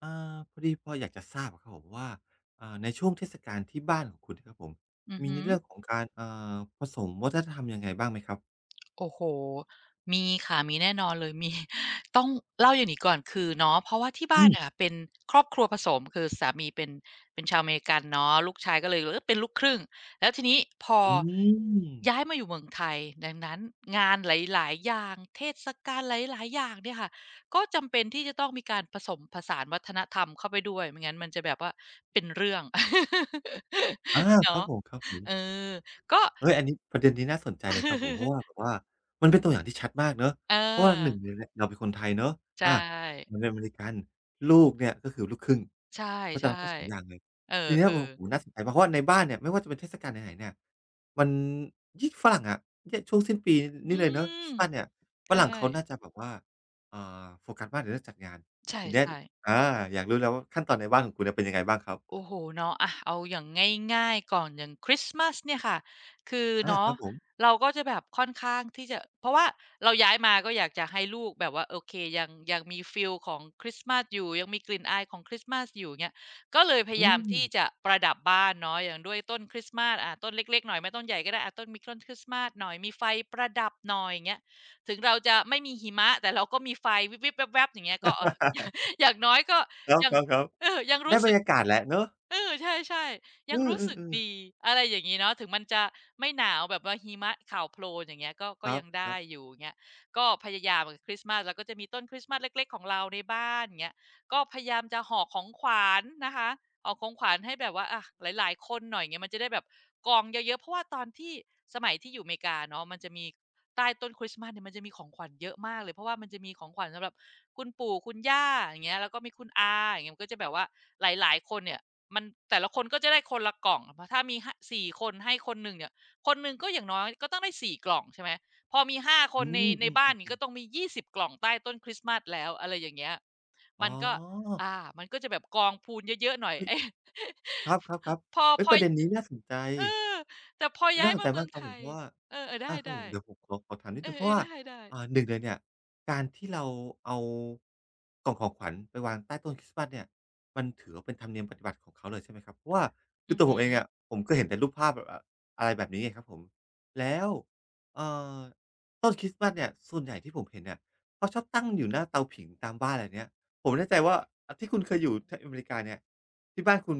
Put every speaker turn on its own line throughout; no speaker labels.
เอ่อพอดีพออยากจะทราบอะครับผมว่าในช่วงเทศกาลที่บ้านของคุณนะครับผม
อือ
มี
ฮึ
ในเรื่องของการอผสมวัฒนธรรมยังไงบ้างไหมครับ
โอ้โฮมีค่ะมีแน่นอนเลยมี ต้องเล่าอย่างนี้ก่อนคือเนาะเพราะว่าที่บ้า
อื
นอะ
ม
เป็นครอบครัวผสมคือสามีเป็นชาวอเมริกันเนาะลูกชายก็เลยเออเป็นลูกครึ่ง แล้วทีนี้พอ
อืม
ย้ายมาอยู่เมืองไทย ดังนั้นงานหลายๆอย่าง เทศกาลหลายๆอย่างเนี่ยค่ะ ก็จำเป็นที่จะต้องมีการผสมผสานวัฒนธรรมเข้าไปด้วยไม่งั้นมันจะแบบว่าเป็นเรื่อง
อา ครับ
เนาะ
ผมครับผม
เออก็
เฮ้ยอันนี้ประเด็นนี้น่าสนใจเลยครับผมเพราะว่า แบบว่ามันเป็นตัวอย่างที่ชัดมากเนาะ
เอ
เพราะว่า1เล
อ
ยเนี่ยเราเป็นคนไทยเนาะ
ใช
อามัน
่
เป็นอเมริกันลูกเนี่ยก็คือลูกครึ่ง
ใ
เพราะ
ช่
ฉะนั้นทั้ง2องอย่างเลย
ๆเออ
ทีเนี้ยโอ้โฮ
ๆ
น่าสนใจมากเพราะว่าในบ้านเนี่ยไม่ว่าจะเป็นเทศกาลไหนๆเนี่ยมันยิ่งฝรั่งอะเนี่ยช่วงสิ้นปี
อื
นี่เลยเนาะคริ
ม
สต์มาสเนี่ยฝ
ใช่
รั่งเขาน่าจะแบบว่าโฟกัสมากในเรื่องจัดงาน
ใช
ทีเนี้ย
่ๆ
อาอยากรู้แล้วว่าขั้นตอนในบ้านของคุณเนี่ยเป็นยังไงบ้างครับ
โอ้โหเนาะอะเอาอย่างง่ายๆก่อนอย่างคริสต์มาสเนี่ยค่ะคือ
อาค
เนาะ
รับผม
เราก็จะแบบค่อนข้างที่จะเพราะว่าเราย้ายมาก็อยากจะให้ลูกแบบว่าโอเคยังมีฟีลของคริสต์มาสอยู่ยังมีกลิ่นอายของคริสต์มาสอยู่เงี้ยก็เลยพ
อื
ยายาม
ม
ที่จะประดับบ้านเนาะอย่างด้วยต้นคริสต์มาสอ่ะต้นเล็กๆหน่อยไม่ต้นใหญ่ก็ได้อะต้นมีต้นคริสต์มาสหน่อยมีไฟประดับหน่อยอย่างเงี้ยถึงเราจะไม่มีหิมะแต่เราก็มีไฟวิบๆแวบๆอย่างเงี้ยก็เออ ย่าง อย่างน้อยก็
ครับ
ยัง
ครับครับ
เออยัง
ได้
รู้
บร
สึ
ร
ก
ยากาศแหละเนาะ
เออใช่ๆยั
อื
งรู้สึก
อๆๆ
ดีอะไรอย่างงี้เนาะถึงมันจะไม่หนาวแบบว่าหิมะข่าวโพลนอย่างเงี้ยก็
ค
ก็
รับ
ยัง
ค
ได้
รับ
อยู่อย่างเงี้ยก็พยายามอะคริสต์มาสเราก็จะมีต้นคริสต์มาสเล็กๆของเราในบ้านอย่างเงี้ยก็พยายามจะห่อของขวัญนะคะห่อของขวัญให้แบบว่าอะหลายๆคนหน่อยอย่างเงี้ยมันจะได้แบบกองเยอะๆเพราะว่าตอนที่สมัยที่อยู่อเมริกาเนาะมันจะมีใต้ต้นคริสต์มาสเนี่ยมันจะมีของขวัญเยอะมากเลยเพราะว่ามันจะมีของขวัญสำหรับคุณปู่คุณย่าอย่างเงี้ยแล้วก็มีคุณอาอย่างเงี้ยมันก็จะแบบว่าหลายๆคนเนี่ย มันแต่ละคนก็จะได้คนละกล่องเพราะถ้ามีห4คนให้คนหนึ่งเนี่ยคนหนึ่งก็อย่างน้อยก็ต้องได้4กล่องใช่ไหมพอมี5ค
อื
นใน
ม
ใน
อื
บ้านนี้
อ
ก็
ๆ
ต้อง
ๆ
มี20กล่องใต้ต้นคริสต์มาสแล้วอะไรอย่างเงี้ย
อ๋
มัน
อ
ก็อ่ามันก็จะแบบกองพูนเยอะๆหน่อย
เฮ้ย
ไอ้
ครับ
พ
ๆ
อ
ๆเฮ้
พ
ยป
อย
ระเด็นนี้น่าสนใจ
เออแต่พอย้า
น่า
ย
สน
มา
ใจ
เมือ
มาก
ง
ค
ไท
รับผม
ย
เพราะว่า
เออๆ
อาครับผ
ได้
มเดี๋ยวผมขอขอถาม
ๆ
นิด
เอ
หนึ่งเพ
อ
ราะ
ๆ
ว่า
ได้ๆ
หนึ่งเลยเนี่ยการที่เราเอากล่องของขวัญไปวางใต้ต้นคริสต์มาสเนี่ยมันถือว่าเป็นธรรมเนียมปฏิบัติของเขาเลยใช่ไหมครับเพราะว่าคื
อื
อ
อ
ตัว
ฮึ
ผมเองอะผมก็เห็นแต่รูปภาพแบบออะไรแบบนี้ไงครับผมแล้วเอ่อต้นคริสต์มาสเนี่ยส่วนใหญ่ที่ผมเห็นเนี่ยเขาชอบตั้งอยู่หน้าเตาผิงตามบ้านอะไรเนี้ยผมไม่แน่ใจว่าอาที่คุณเคยอยู่ทอเมริกาเนี่ย ที่บ้านคุณ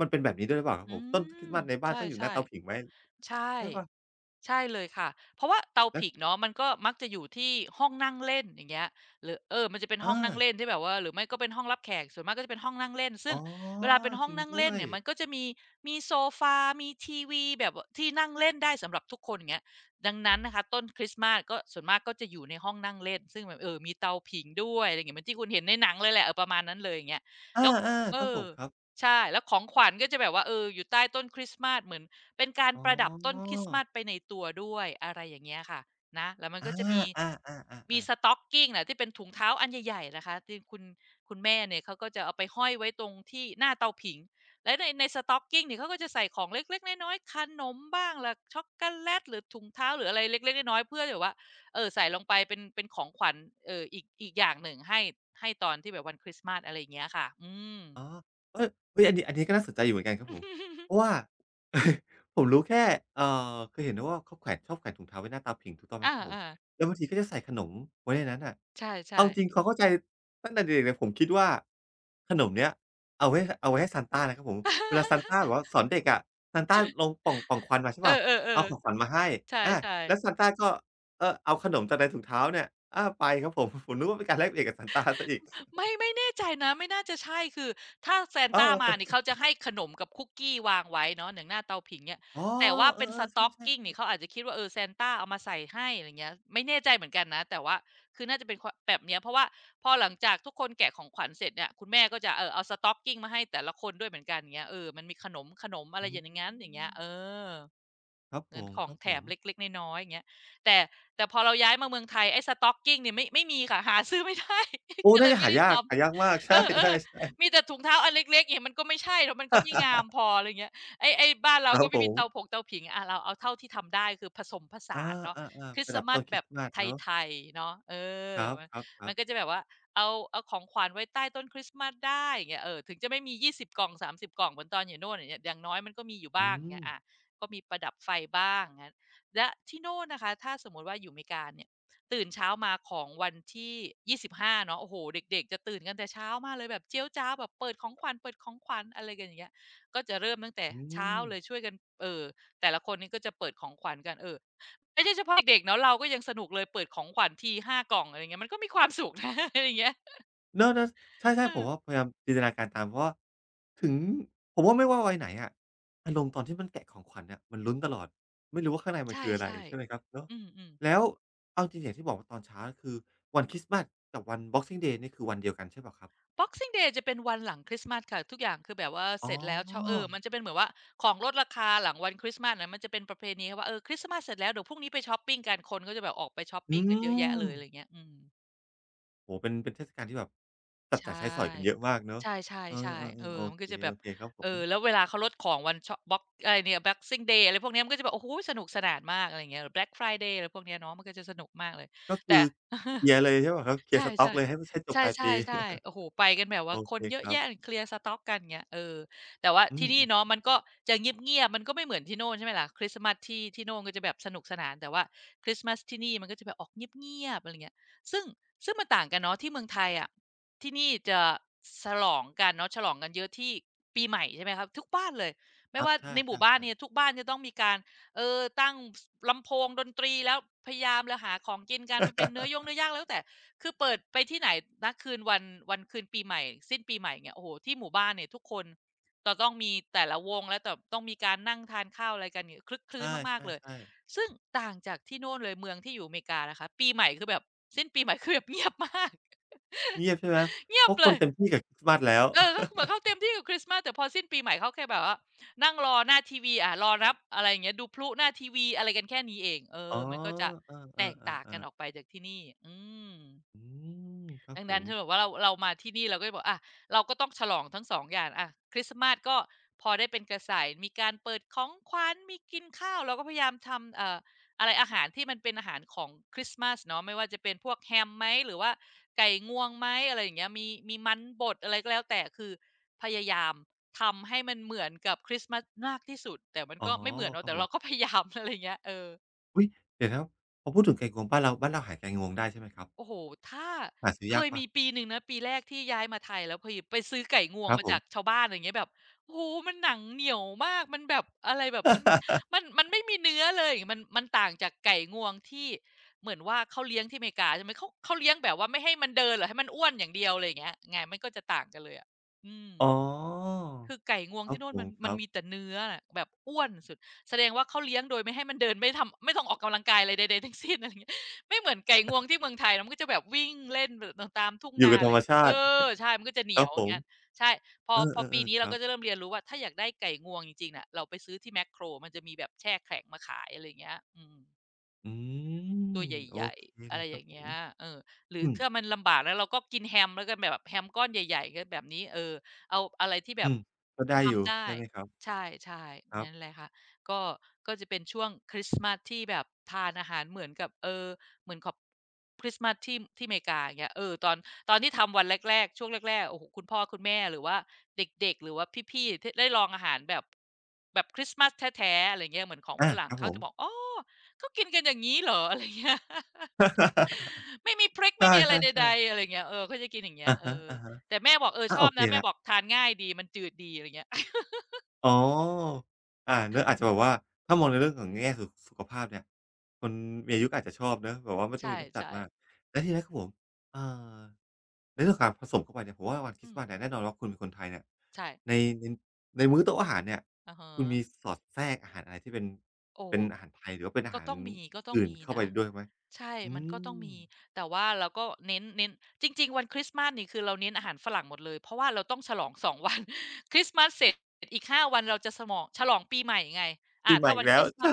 มันเป็นแบบนี้ด้วยหรือเปล่าครับ
อื
ผมต้นคริส
ม
ต์มาสใน
ใช
บ้านต้องอยู่ห
่
น้าเตาผิงไหม
ๆใช่
ใช่เปล่า
ใช่เลยค่ะเพราะว่าเตา
แล้ว
ผิงเนาะมันก็มักจะอยู่ที่ห้องนั่งเล่นอย่างเงี้ยหรือเออมันจะเป็นห้อ
อา
งนั่งเล่นที่แบบว่าหรือไม่ก็เป็นห้องรับแขกส่วนมากก็จะเป็นห้องนั่งเล่นซึ่ง
อ๋อ
เวลาเป็นห้
จ
อง
ริง
นั่ง
ด้
เล่
ว
น
ย
เนี่ยมันก็จะมีโซฟามีทีวีแบบว่าที่นั่งเล่นได้สำหรับทุกคนอย่างเงี้ยดังนั้นนะคะต้นคริสต์มาสก็ส่วนมากก็จะอยู่ในห้องนั่งเล่นซึ่งแบบเออมีเตาผิงด้วยอะไรย่างเงี้ยเหมือนที่คุณเห็นในหนังเลยแหละเออประมาณนั้นเลยอย่างเงี้ย
อา
แล้วเอ
ๆครับผ
อ
มครับ
ใช่แล้วของขวัญก็จะแบบว่าเอออยู่ใต้ต้นคริสต์มาสเหมือน เป็นการ
อ๋
ประดับต้นค
อ
ริสต์มาสไปในตัวด้วยอะไรอย่างเงี้ยค่ะนะแล้วมัน
อ
ก็จะมี
า
มี
ๆๆๆ
stocking น่ะที่เป็นถุงเท้าอันใหญ่ๆนะคะที่คุณแม่เนี่ยเขาก็จะเอาไปห้อยไว้ตรงที่หน้าเตาผิงและใน stocking เนี่ยเขาก็จะใส่ของเล็กๆน้อยๆขนมบ้างล่ะช็อกโกแลตหรือถุงเท้าหรืออะไรเล็กๆน้อยๆเพื่อแบบว่าใส่ลงไปเป็นของขวัญอีกอย่างหนึ่งให้ตอนที่แบบวันคริสต์มาสอะไรอย่างเงี้ยค่ะอืม
อ๋อเฮ้ยเฮ้ยอันนี้อันนี้ก็น่าสนใจอยู่เหมือนกันครับผมเพราะว่า ผมรู้แค่เอ่อเคยเห็นนะว่าเขาแขวนชอบแขวนถุงเท้าไว้หน้าเตาผิงถูกต้องไห
อ
มครับผม
า
แล้วบางทีก็จะใส่ขนมไว้ในนั้นน่ะ
ๆ
เอา
ใช่
จริง
ๆ
ๆความเข้าใจตั้งแต่เด็กๆเลยผมคิดว่าขนมเนี้ยเอาไว้เอาไว้ให้ซานต้านะครับผม เวลาซานต้าแบ บว่าสอนเด็กอะซานต้าลงปล่องปล่องควันมาใช่
เออ
ป่ะเอาของขวัญ
ๆ
มาให้
ๆ
อา
ใช่
แล้วซาน
ๆ
ต้าก็เออเอาขนมจากในถุงเท้าเนี่ยอาไปครับผมผมนึกว่าเป็นการแลกเปลี่ยนกับซานต้าซะอีก
ไม่แน่ใจนะไม่น่าจะใช่คือถ้าซาน
เอ
ตามานี่
อ
เขาจะให้ขนมกับคุกกี้วางไว้เนาะอย่างหน้าเตาผิงเนี่ย
อ๋อ
แต่ว่า
เออ
เป็น
ๆใช
stocking
่
นี่
ๆ
เขา
ๆ
อาจจะคิดว่าเออซานตาเอามาใส่ให้อะไรเงี้ยไม่แน่ใจเหมือนกันนะแต่ว่าคือน่าจะเป็นคแบบเนี้ยเพราะว่าพอหลังจากทุกคนแกะของขวัญเสร็จเนี่ยคุณแม่ก็จะเออเอา stocking มาให้แต่ละคนด้วยเหมือนกันอย่างเงี้ยเออมันมีขนมอะไร
อื
อย่างงั้นอย่างเงี้ย
ม
เออ
ครับ
เห
ผ
มือนของแถม
มๆ
เล็กๆน้อยๆอย่างเงี้ยแต่แต่พอเราย้ายมาเมืองไทยไอ้ stocking เนี่ยไม่มีค่ะหาซื้อไม่ได้
โอ้
ก็เล
น่า
ย
จะ
ไม่
หา
ได้ท
ยากหายากมาก
ำเอ
ใช่
อ
ๆ
ๆมี
ๆ
แต่ถุงเท้าอันเล็กๆอย่างเงี้ยมันก็ไม่ใช่แล้วมันก็ไม่งามพออะไรอย่างเงี้ยไอ้บ้านเรา
ครั
ก็
บผ
ไม่มีเตาผ
ม
งเตาผิงเราเอาเท่าที่ทำได้คือผสมผ
อา
สานเนาะค
ๆ
ริ
ๆป
ส
ระดั
ต์
บ
มาส
ต้นค
แบ
ริส
บ
ต์มาส
ไ
เนาะ
ทยๆเนาะเอ
ค
อมัน
รับ
มัน
ๆ
ก็
ๆ
จะแบบว่าเอาของขวัญไว้ใต้ต้นคริสต์มาสได้อย่างเงี้ยเออถึงจะไม่มี20กล่อง3กล่องเหมือนตอนอยู่โน่นอย่างเงี้ยอย่างน้อยมันก็มีอยู่
อื
บ้างอย่างเงี้
ม
ยอา ก็มีประดับไฟบ้างงั้นและที่โน่นนะคะถ้าสมมติว่าอยู่อเมริกาเนี่ยตื่นเช้ามาของวันที่25เนาะโอ้โฮเด็กๆจะตื่นกันแต่เช้ามากเลยแบบเจี๊ยวจ๊าวแบบเปิดของขวัญอะไรกันอย่างเงี้ยก็จะเริ่มตั้งแต่
อื
เช้า
ม
เลยช่วยกันเอ่อแต่ละคนนี่ก็จะเปิดของขวัญกันไม่ใช่เฉพาะเด็กๆเนาะเราก็ยังสนุกเลยเปิดของขวัญที5กล่องอะไรอย่างเงี้ยมันก็มีความสุข นะอะไรอย่างเงี้ย
เนาะๆใช่
เอ
ๆผ
อ
มว่าพยายามจินตนาการตามเพราะว่าถึงผมว่าไม่ว่าวัยไหนอะอารมณ์ตอนที่มันแกะของขวัญเนี่ยมันลุ้นตลอดไม่รู้ว่าข้างในมั
ใช
นคืออะไร
่
ใช่ไหมครับเนาะ
ๆอืม
แล้วเอาจริงๆอย่างที่บอกว่าตอนเช้าคือวันคริสต์มาสกับวัน Boxing Day นี่คือวันเดียวกันใช่เปล่าครับ
Boxing Day จะเป็นวันหลังคริสต์มาสค่ะทุกอย่างคือแบบว่า
อ๋อ
เสร็จแล้วชเออมันจะเป็นเหมือนว่าของลดราคาหลังวันคริสต์มาสน่ะมันจะเป็นประเพณีว่าเออคริสต์มาสเสร็จแล้วเดี๋ยวพรุ่งนี้ไปชอปปิงกันคนก็จะแบบออกไปชอปปิ
อื
งกันเยอะแยะ
ม
เลยอะไรอย่างเงี้ยอืม
โอ้โฮเป็นเป็นเทศกาลที่แบบจับ
ใช่
จ่ายใช้สอยกันเยอะมากเนาะ
ใช
เออ
่ๆๆเอ
ๆๆโอ
อมัน
เค
ก็จะแบ
โอ
บ
เคครับผ
เอ
ม
อแล้วเวลาเขาลดของวันชอปบ็อกอะไรเนี่ย Boxing Day อะไรพวกเนี้ยมันก็จะแบบโอ้โฮสนุกสนานมากอะไรอย่างเงี้ยหรือ Black Friday อะไรพวกเนี้ยเนาะมันก็จะสนุกมากเลย
ก็คื
แต่
อเคลียร์เลยใช่เปล่าครับเคลียร์
ใช่
ส
ๆ
ต็อกเลยให้ให้จ
ใ
บปลาย
ช
ปี
่ๆๆ โอ้โฮไปกันแบบ
โอ
ว่าค
เค
นเย
ค
อะ
รับ
แยะเคลียร์สต็อกกันอย่างเงี้ยเออแต่ว่า
อื
ที่
ม
นี่เนาะมันก็จะเงียบๆมันก็ไม่เหมือนที่โน่นใช่ไหมล่ะคริสต์มาสที่โน่นก็จะแบบสนุกสนานแต่ว่าคริสต์มาสที่นี่มันก็จะแบบออกเงียบๆอะไรเงี้ยซึ่งซึ่งมันต่างกันเนาะที่เมืองไทยอะที่นี่จะฉลองกันเนาะฉลองกันเยอะที่ปีใหม่ใช่ไหมครับทุกบ้านเลย
ๆค
ไม่
รับ
ว่า
ใช
ในหมู่บ้าน
่ๆ
เนี่
ๆ
ยทุกบ้านจะต้องมีการตั้งสลำโพงดนตรีแล้วพยายามแล้วหาของกินกันมันเป็นเนื้อย่งเนื้อย่างแล้วแต่ คือเปิดไปที่ไหนนะคืนวันวันคืนปีใหม่สิ้นปีใหม่เนี่ยโอ้โหที่หมู่บ้านเนี่ยทุกคนจะต้องมีแต่ละวงแล้วแตต้องมีการนั่งทานข้าวอะไรกันเนี่ยคลึกค
ใช
ลื้นมากๆเลย
่ๆๆ
ซึ่งต่างจากที่โน่นเลยเมืองที่อยู่อเมริกานะคะปีใหม่คือแบบสิ้นปีใหม่คือแบบ เงียบมาก
เงียบใช่ไหม
เงีย
เพ
บ
ราะ
เล
คน
ย
เต็มที่กับคริสต์มาสแล้ว
เออก็เหมือนเขาเต็มที่กับคริสต์มาสแต่พอสิ้นปีใหม่เขาแค่แบบว่านั่งรอหน้าทีวีอ่ะรอรับอะไรอย่างเงี้ยดูพลุหน้าทีวีอะไรกันแค่นี้เอง เอ
อ๋
อ
อ
มันก็จะ
เออ
แตกต่างกัน
ๆ
ออก
ๆๆ
ไปจากที่นี่อืม
อืมครับ
ดัง
ผ
นั้น
ม
คือแบบว่าเรามาที่นี่เราก็จะบอกอะเราก็ต้องฉลองทั้งสองอย่างอะคริสต์มาสก็พอได้เป็นกระแสายมีการเปิดของขวัญมีกินข้าวเราก็พยายามทำอะไรอาหารที่มันเป็นอาหารของคริสต์มาสเนาะไม่ว่าจะเป็นพวกแฮมไหมหรือว่าไก่งวงไหมอะไรอย่างเงี้ยมีมันบดอะไรก็แล้วแต่คือพยายามทำให้มันเหมือนกับคริสต์มาสมากที่สุดแต่มัน
อ๋อ
ก็ไม่เหมือน
ค
เนาะ
รับ
แต่
ผ
เราก็
ม
พยายาม อะไรอย่างเงี้ยเออ
อุ๊ยเดี๋ยวนะครับพอพูดถึงไก่งวงบ้านเราบ้านเราหาไก่งวงได้ใช่ไหมครับ
โอ้โฮถ้า
หาซื้อ
เค
ยาก
ย
เปล่า
มีปีหนึ่งนะปีแรกที่ย้ายมาไทยแล้วพอดีไปซื้อไก่งว
ค
ง
รับ
มา
ผ
จาก
ม
ชาวบ้านอะไรอย่างเงี้ยแบบโอ้โฮมันหนังเหนียวมากมันแบบอะไรแบบมัน มันมันไม่มีเนื้อเลยมันต่างจากไก่งวงที่เหมือนว่าเขาเลี้ยงที่อเมริกาใช่ไหมเขาเลี้ยงแบบว่าไม่ให้มันเดินหรือให้มันอ้วนอย่างเดียวอะไรอย่างเงี้ยไงมันก็จะต่างกันเลยอะอืม
อ๋อ
คือไก่งวง
ครั
ที่
บ
โน่
ผ
นมั
ม
น
ค
มัน
รับ
มีแต่เนื้อน่ะแบบอ้วนสุดแสดงว่าเขาเลี้ยงโดยไม่ให้มันเดินไม่ทำไม่ต้องออกกำลังกายอะไรใดๆทั้งสิ้นอะไรอย่างเงี้ยไม่เหมือนไก่งวงที่เมืองไทยนะมันก็จะแบบวิ่งเล่นแบบตามทุ่ง
อยู่
นา
กับ
อะ
ธ
ไร
รรมชา
เอ
ติ
อใช่มันก็จะเห
ค
นี
รั
ย
บ
ว
ผ
อย่าง
ม
เงี้ยใช่พอ
เอ
พอปี
อๆ
นี้
ๆค
เรา
รั
ก็จะ
บ
เริ่มเรียนรู้ว่าถ้าอยากได้ไก่งวงจริงๆน่ะเราไปซื้อที่แม็คโครมันจะมีแบบแช่แข็งมาขายอะไรอย่างเงี้ยอืม
อื
ตัว
ม
ใ
โอ
หญ่
เค
ๆอะ
เล
ไร
ยค
อ
รับ
ย่าง
ผ
เงี้
ม
ยเออหรือ
อืม
ถ้ามันลำบากแล้วเราก็กินแฮมแล้วกันแบบแฮมก้อนใหญ่ๆก็แบบนี้เออเอาอะไรที่แบ
อื
บ
มก็ได้อยู่
ทำได้
ใช่ไหมครับ
ใช่
ค
ๆ
รั
นั่น
บ
แหละค่ะก็ก็จะเป็นช่วงคริสต์มาสที่แบบทานอาหารเหมือนกับเออเหมือนขอบคริสต์มาสที่อเมริกาอย่างเงี้ยเออตอนที่ทำวันแรกๆช่วงแรกๆโอ้โฮคุณพ่อคุณแม่หรือว่าเด็กๆหรือว่าพี่ๆทได้ลองอาหารแบบคริสต์มาสแท้ๆอะไรอย่างเงี้ยเหมือนของฝ
อา
รั่
ค
ง
รับผ
เขา
ม
จะบอกอ้อ เขากินกันอย่างนี้เหรออะไรเงี้ย ไม่มีพริก
ใช
ไม่มีอะไรใ
่
ด
ๆๆ
ๆอะไรเงี้ยเออเขาจะกินอย่างเงี้
อะ
ยเอ
ฮะ
อแต่แม่บอกเอ
ๆ
อ
อา
ชอ
โอ
บ
เค
นะแม่
แล้ว
บอกทานง่ายดีมันจืดดีอะไรเงี้ย
อ๋ออาเนาะอาจจะแบบว่าถ้ามองในเรื่องของแง่สุขสุขภาพเนี่ยคนมีอายุก็อาจจะชอบเนาะแบบว่าไม่ต้อง
ใช่
มีรสจัด
ใช่
มากแล้วทีเนี้ยครับผมเอ่อ ในเรื่องการผสมเข้าไปเนี่ยผมว่าวันคริ
อื
สต์
ม
มาสเนี่ยแน่นอนว่าคุณเป็นคนไทยเนี่ย
ใช่
ในในในมื้อโต๊ะอาหารเนี่ย
อะฮะ
คุณมีสอดแทรกอาหารอะไรที่เป็น
โอ้
เป็นอาหารไทยหรือว่าเป็นอา
ก็
หาร
ต้องมีก็ต้อง
อื่น
มี
เข้าไป
นะ
ด้วยไหม
ใช่
อื
มันก็ต้อง
ม
มี แต่ว่าเราก็เน้นจริงๆวันคริสต์มาสนี่คือเราเน้นอาหารฝรั่งหมดเลย เพราะว่าเราต้องฉลอง2วัน คริสต์มาสเสร็จอีก5วันเราจะสมองฉลองปีใหม่ไงอา
ปีใหม่
ถ้า
อี
วั
ก
นค
แล้ว
ริสต์
ใช
มาส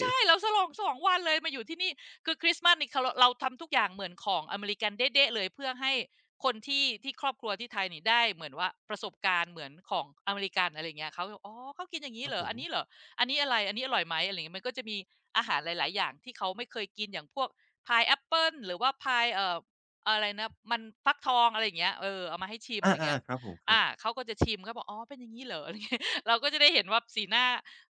ใช่ๆเราฉลอง2วันเลยมาอยู่ที่นี่คือคริสต์มาสนี่คเราทำทุกอย่างเหมือนของอเมริกันเด๊ะๆเลยเพื่อให้คนที่ครอบครัวที่ไทยนี่ได้เหมือนว่าประสบการณ์เหมือนของอเมริกันอะไรอย่างเงี้ยเขาก็อ๋อเขากินอย่าง
ค
งี้
รับ
เหรอ
ผ
อั
ม
นนี้เหรออันนี้อะไรอันนี้อร่อยไหมอะไรอย่างเงี้ยมันก็จะมีอาหารหลายๆอย่างที่เขาไม่เคยกินอย่างพวก พายแอปเปิลหรือว่าพายอะไรนะมันฟักทองอะไรอย่างเงี้ยเออเอามาให้ชิมอะไรอย่าง
อา
เงี้ย
ๆครับผมครั
อ่า
บ
เขาก็จะชิมเขาบอกอ๋อเป็นอย่างนี้เหรอ อะไราเงี้ย เราก็จะได้เห็นว่าสีหน้า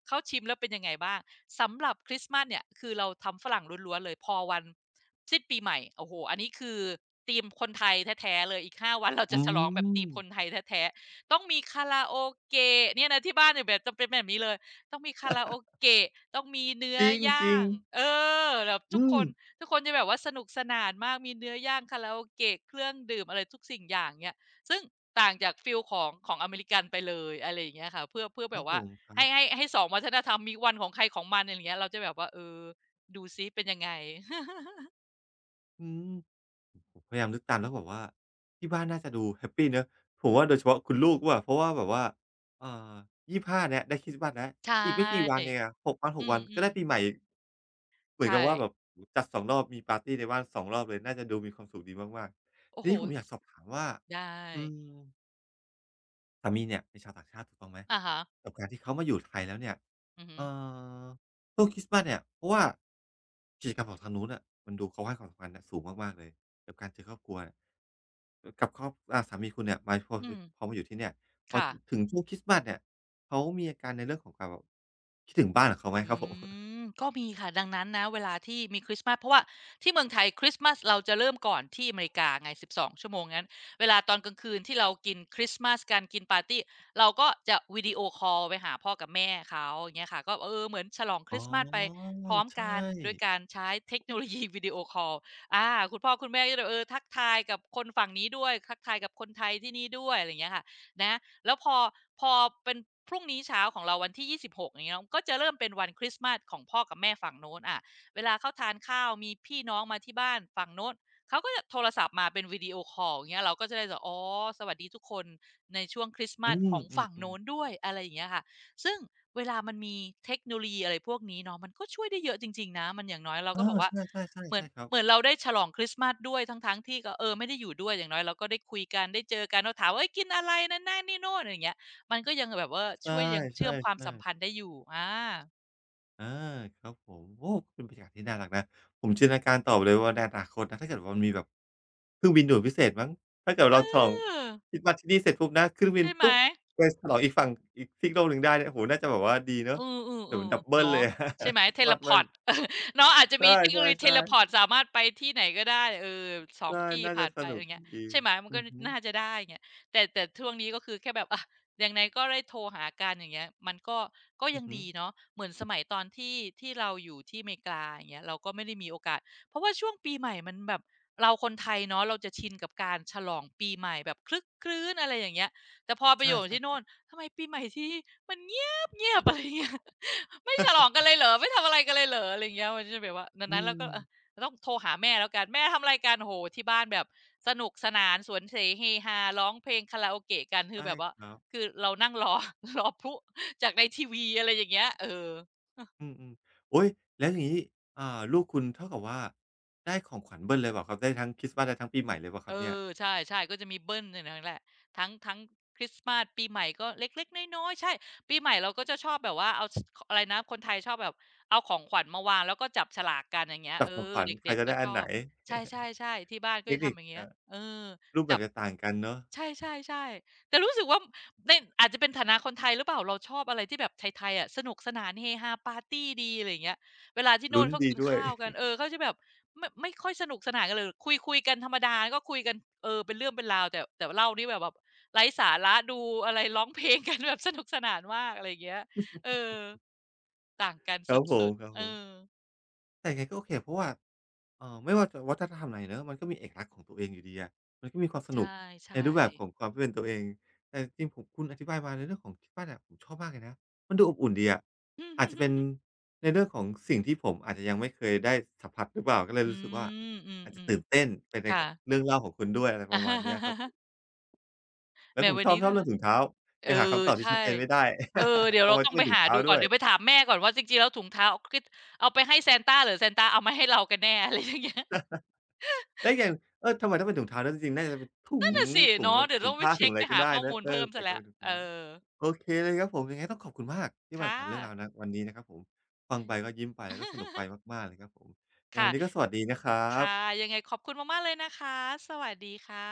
เขาชิมแล้วเป็นยังไงบ้างสำหรับคริสต์มาสเนี่ยคือเราทำฝรั่งล้วนๆเลยพอวันสิ้นปีใหม่โอ้โหอันนี้คือธีมคนไทยแท้ๆเลยอีกห้าวันเรา
อื
จะฉลองแบบธีมคนไท
ม
ยแท้ๆต้องมีคาราโอเกะเนี่ยนะที่บ้านเนี่ยแบบจะเป็นแบบนี้เลยต้องมีคาราโอเกะต้องมีเนื้อ
จ
ย่า
ริง
ง
ๆ
เออแบบทุ
อื
กค
ม
น ทุกคนจะแบบว่าสนุกสนานมากมีเนื้อย่างคาราโอเกะเครื่องดื่มอะไรทุกสิ่งอย่างเงี้ยซึ่งต่างจากฟีลของอเมริกันไปเลยอะไรอย่างเงี้ยค่ะเพื่อ
ค
แบ
รับ
บ
ผ
ว่า
มครั
ให้
บ
ให้ให้สองวัฒนธรรมมีวันของใครของมันอะไรอย่างเงี้ยเราจะแบบว่าเออดูซิเป็นยังไง
อืม ผมพยายามนึกตามแล้วแบบว่าที่บ้านน่าจะดูแฮปปีเนาะผมว่าโดยเฉพาะคุณลูกว่าเพราะว่าแบบว่าเอ่อ25เนี่ยได้คริสต์มาสแล้ว
ใช
อีกไม่กี่วัน
่
เองอะ6วัน
อื
6วันก็
ม
ได้ปีให
ๆ
ม่อีกเหมือน
ใช่
กับว่าแบบโอ้โฮจัด2รอบมีปาร์ตีในบ้าน2รอบเลยน่าจะดูมีความสุขดีมากๆ
โอ้
ที
โฮ
นี้ผมอยากสอบถามว่า
ได้
อืม สามีเนี่ยเป็นชาวต่างชาติถูกต้องไหม
อะฮะ
กับการที่เขามาอยู่ไทยแล้วเนี่ย
อือฮึ
เอ่อช่วงคริสต์มาสเนี่ยเพราะว่ากิจกรรมของทางนู้นน่ะมันดูเขาให้ความสำคัญน่ะสูงมากๆเลยกับการเจอครอบครัวกับครอบสามีคุณเนี่ยมา
อืม
พอมาอยู่ที่เนี่ยพอ
ค่ะ
ถึงช่วงคริสต์มาสเนี่ยเขามีอาการในเรื่องของการแบบคิดถึงบ้านของเขาไหม
อื
ครับผม
มก็มีค่ะดังนั้นนะเวลาที่มีคริสต์มาสเพราะว่าที่เมืองไทยคริสต์มาสเราจะเริ่มก่อนที่อเมริกาไง12ชั่วโมงงั้นเวลาตอนกลางคืนที่เรากินคริสต์มาสกันกินปาร์ตีเราก็จะวิดีโอคอลไปหาพ่อกับแม่เขาอย่างเงี้ยค่ะก็เออเหมือนฉลองค
อ๋อ
ริสต์มาสไปพร้อม
ใช่
กันด้วยการใช้เทคโนโลยีวิดีโอคอลอาคุณพ่อคุณแม่ก็จะเออทักทายกับคนฝั่งนี้ด้วยทักทายกับคนไทยที่นี่ด้วยอะไรอย่างเงี้ยค่ะนะ แล้วพอเป็นพรุ่งนี้เช้าของเราวันที่26อย่างเงี้ยเนาะก็จะเริ่มเป็นวันคริสต์มาสของพ่อกับแม่ฝั่งโน้นอะเวลาเขาทานข้าวมีพี่น้องมาที่บ้านฝั่งโน้นเขาก็จะโทรศัพท์มาเป็นวิดีโอคอลอย่างเงี้ยเราก็จะได้แบบอ๋อสวัสดีทุกคนในช่วงคริสต์
อื
มาสของฝั่ง
มๆ
โน้
ๆ
นด้วยอะไรอย่างเงี้ยค่ะซึ่งเวลามันมีเทคโนโลยีอะไรพวกนี้เนาะมันก็ช่วยได้เยอะจริงๆนะมันอย่างน้อยเรา
เอ
ก็บอ
อ
กว่า
ใช่ๆๆใช
เหมือ
่
น
ครับ
เหมือนเราได้ฉลองคริสต์มาสด้วยทั้งๆที่ก็เออไม่ได้อยู่ด้วยอย่างน้อยเราก็ได้คุยกันได้เจอกันเราถามว่าเฮ้ยกินอะไรนั่นๆนนี่โน่นอย่างเงี้ยมันก็ยังแบบว่า
ใ
ช่วยยัง
ช
เชื่อมความ
่
สัม
ๆ
พัน
ๆ
ธ์ได้อยู่อา
อาครับผมโอ้เป็นบรรยากาศที่น่ารักนะผมจินตนาการต่อไปเลยว่าในอนาคตนะถ้าเกิดว่ามันมีแบบเครื่องบินด่วนพิเศษมั้งถ้าเกิด
เอ
เราฉลอง
อ
คริสต์มาสที่นี่เสร็จปุ๊บนะขึ้นเครื่องบิน
ใช่ไหม
ตุ๊บไปฉลองอีกฝั่งอีกซีกโลกหนึ่งได้เนี่ยโอ้โฮน่าจะแบบว่าดี
เอ
เนาะเดี๋ยวมัน
อ
ดับ
ๆๆ
เบิลเล
เนาะ
ย
ใช่ไหม
คริสต์
Teleport
มาส
เลพ
เบิ
อ
ล
ร์ต เนาะอาจจะ
ใช
มีเทคโนโลยีเท
่
เลพ
ๆๆ
อร์ตสามารถไปที่ไหนก็ได้เออ2
ใช่
ที่
น่า
ผ่า
จะ
น
ส
ไปอะ
นุ
ไร
ก
เงี้ย
ดี
ใช่ไหมมัน
อื
ก็
อฮึ
น่าจะได้เงี้ยแต่ช่วงนี้ก็คือแค่แบบอะยังไงก็ได้โทรหากันอย่างเงี้ยมันก็
อื
ยั
อ
ง
ฮึ
ดีเนาะเหมือนสมัยตอนที่เราอยู่ที่อเมริกาอย่างเงี้ยเราก็ไม่ได้มีโอกาสเพราะว่าช่วงปีใหม่มันแบบเราคนไทยเนาะเราจะชินกับการฉลองปีใหม่แบบครึกครื้นอะไรอย่างเงี้ยแต่พอไปอ
ใช่
ยู่
ๆ
ที่
ค
โน่
รั
น
บ
ทำไมปีใหม่ที่นี่มันเงียบ เงียบๆอะไรเงี้ย ไม่ฉลองกันเลยเหรอไม่ทำอะไรกันเลยเหรออะไรอย่างเงี้ยมันจะแบบว่าดัง
อื
นั้นเรา
ม
ก็เออต้องโทรหาแม่แล้วกันแม่ทำอะไรกันโอ้โฮที่บ้านแบบสนุกสนานสวนเสเฮฮาร้องเพลงคาราโอเกะกันคือ
ใช่
แบบว่า
ครับ
คือเรานั่งรอ รอพลุจากในทีวีอะไรอย่างเงี้ยเออ
อืมๆโอุ๊ยแล้วอย่างงี้อ่าลูกคุณเท่ากับว่าได้ของขวัญเบิลเลยเปล่าครับได้ทั้งคริสต์มาสได้ทั้งปีใหม่เลยเปล่าค
เอ
รับเนี่ย
อใช่ๆก็จะมีเบิ้ลเนี่ยนั้นแหละทั้งคริสต์มาสปีใหม่ก็เล็กๆน้อยๆใช่ปีใหม่เราก็จะชอบแบบว่าเอาสขอะไรนะคนไทยชอบแบบเอาของขวัญมาวางแล้วก็จับฉลากกันอย่างเงี้ย
จับ
เอ
ของ
อ
ขวัญ
เด
ใคร
็ก
จะ
ๆก็
ได้
ช
อัน
อ
ไหน
บใช่ๆๆที่บ้าน
เท
ก็
ค
จะ
นิค
ทำอย่างเงี้ยเออ
รูปแบ
จั
บ
บ
จะต่างกันเนาะ
ใช่ใช่ใช่แต่รู้สึกว่าในอาจจะเป็นฐานะคนไทยหรือเปล่าเราชอบอะไรที่แบบไทยๆอะสนุกสนานเฮฮาปาร์ตีดีอะไรอย่างเงี้ยเวลาที่โน่
ลุ้
น
น
เขา
ดี
กิน
ด้วย
ข้าวกันเอ อเขาจะแบบไม่ค่อยสนุกสนานกันเลยคุยๆกันธรรมดาก็คุยกันเออเป็นเรื่องเป็นราวแต่เหล้านี่แบบไร้สาระดูอะไรร้องเพลงกันแบบสนุกสนานมากอะไรอย่างเงี้ยเออต่างกัน
ค
ส
รับผ
ุ
ม
ดๆเอ
ๆ
อ
แต่ยังไงก็โอเคเพราะว่าไม่ว่าจะวัฒนธรรมไหนเนาะมันก็มีเอกลักษณ์ของตัวเองอยู่ดีอะมันก็มีความส
ใช
นุกใน
่
รูปแบบของ
ๆ
ความที่เป็นตัวเองแต่จริงๆผมคุณอธิบายมาในเรื่องของที่บ้านอะผมชอบมากเลยนะมันดูอบอุ่นดีอะ
อืม
อาจจะเป็น
ๆๆๆ
ในเรื่องของสิ่งที่ผมอาจจะยังไม่เคยได้สัมผัสหรือเปล่าก็เลย
อื
รู้สึกว่า
มอื
อาจจะ
ม
ตื่นเต้นไป
ๆ
ใน
ค่ะ
กับเรื่องเล่าของคุณด้วยอะไรประมาณเนี้ยครับผ มแล้
แหม
วผม
วัน
ชอบ
นี้
ช
ด้
อ
ว
บ
ย
เรื่อ
นะ
งถุงเท้า
เอ
ยั
อ
งหาคำตอบที่
ใช่
ชัดเจนไม่ได้
เออเดี๋ยว
ทำ
เรา
ไม
ต้อ
ต้
ง
อง
ไป
เป็นถุง
หา
เท้า
ดูก่อ
ด้
น
วย
เดี๋ยวไปถามแม่ก่อนว่าจริงๆแล้วถุงเท้าคือเอาไปให้ซานต้าหรือซานต้าเอามาให้เรากันแน่ อะไรอย่างเงี้ย
แล้อกอย่างเออทำไมต้องเป็นถุงเท้าด้วยจริงๆน่าจะเป็นถุ
นั่น
ง
น่ะสิ
ถุง
เนาะเดี๋ยว
ถุ
ต้
ง
องไป
ผ้าถุ
เช็
ง
ก
อะ
ไป
ไรก็
หา
ได้
ข้อ
นะ
มูล
เอ
เพิ่
อ
มเสี
แต่
ย
กลา
แล้
ย
ว
เป็นถุง
เอ
เท้า
อ
โอเคเลยครับผมยังไงต้องขอบคุณมากที่มาแบ่ง
ค่ะ
ปันเรื่องราวณวันนี้นะครับผมฟังไปก็ยิ้มไปแล้วก็สนุกไป มากๆเลยครับผมยังไง
ค่ะ
วันนี้ก็สวัสดีนะครั
ค่ะ
บ
ยังไงขอบคุณมากๆเลยนะคะสวัสดีค่ะ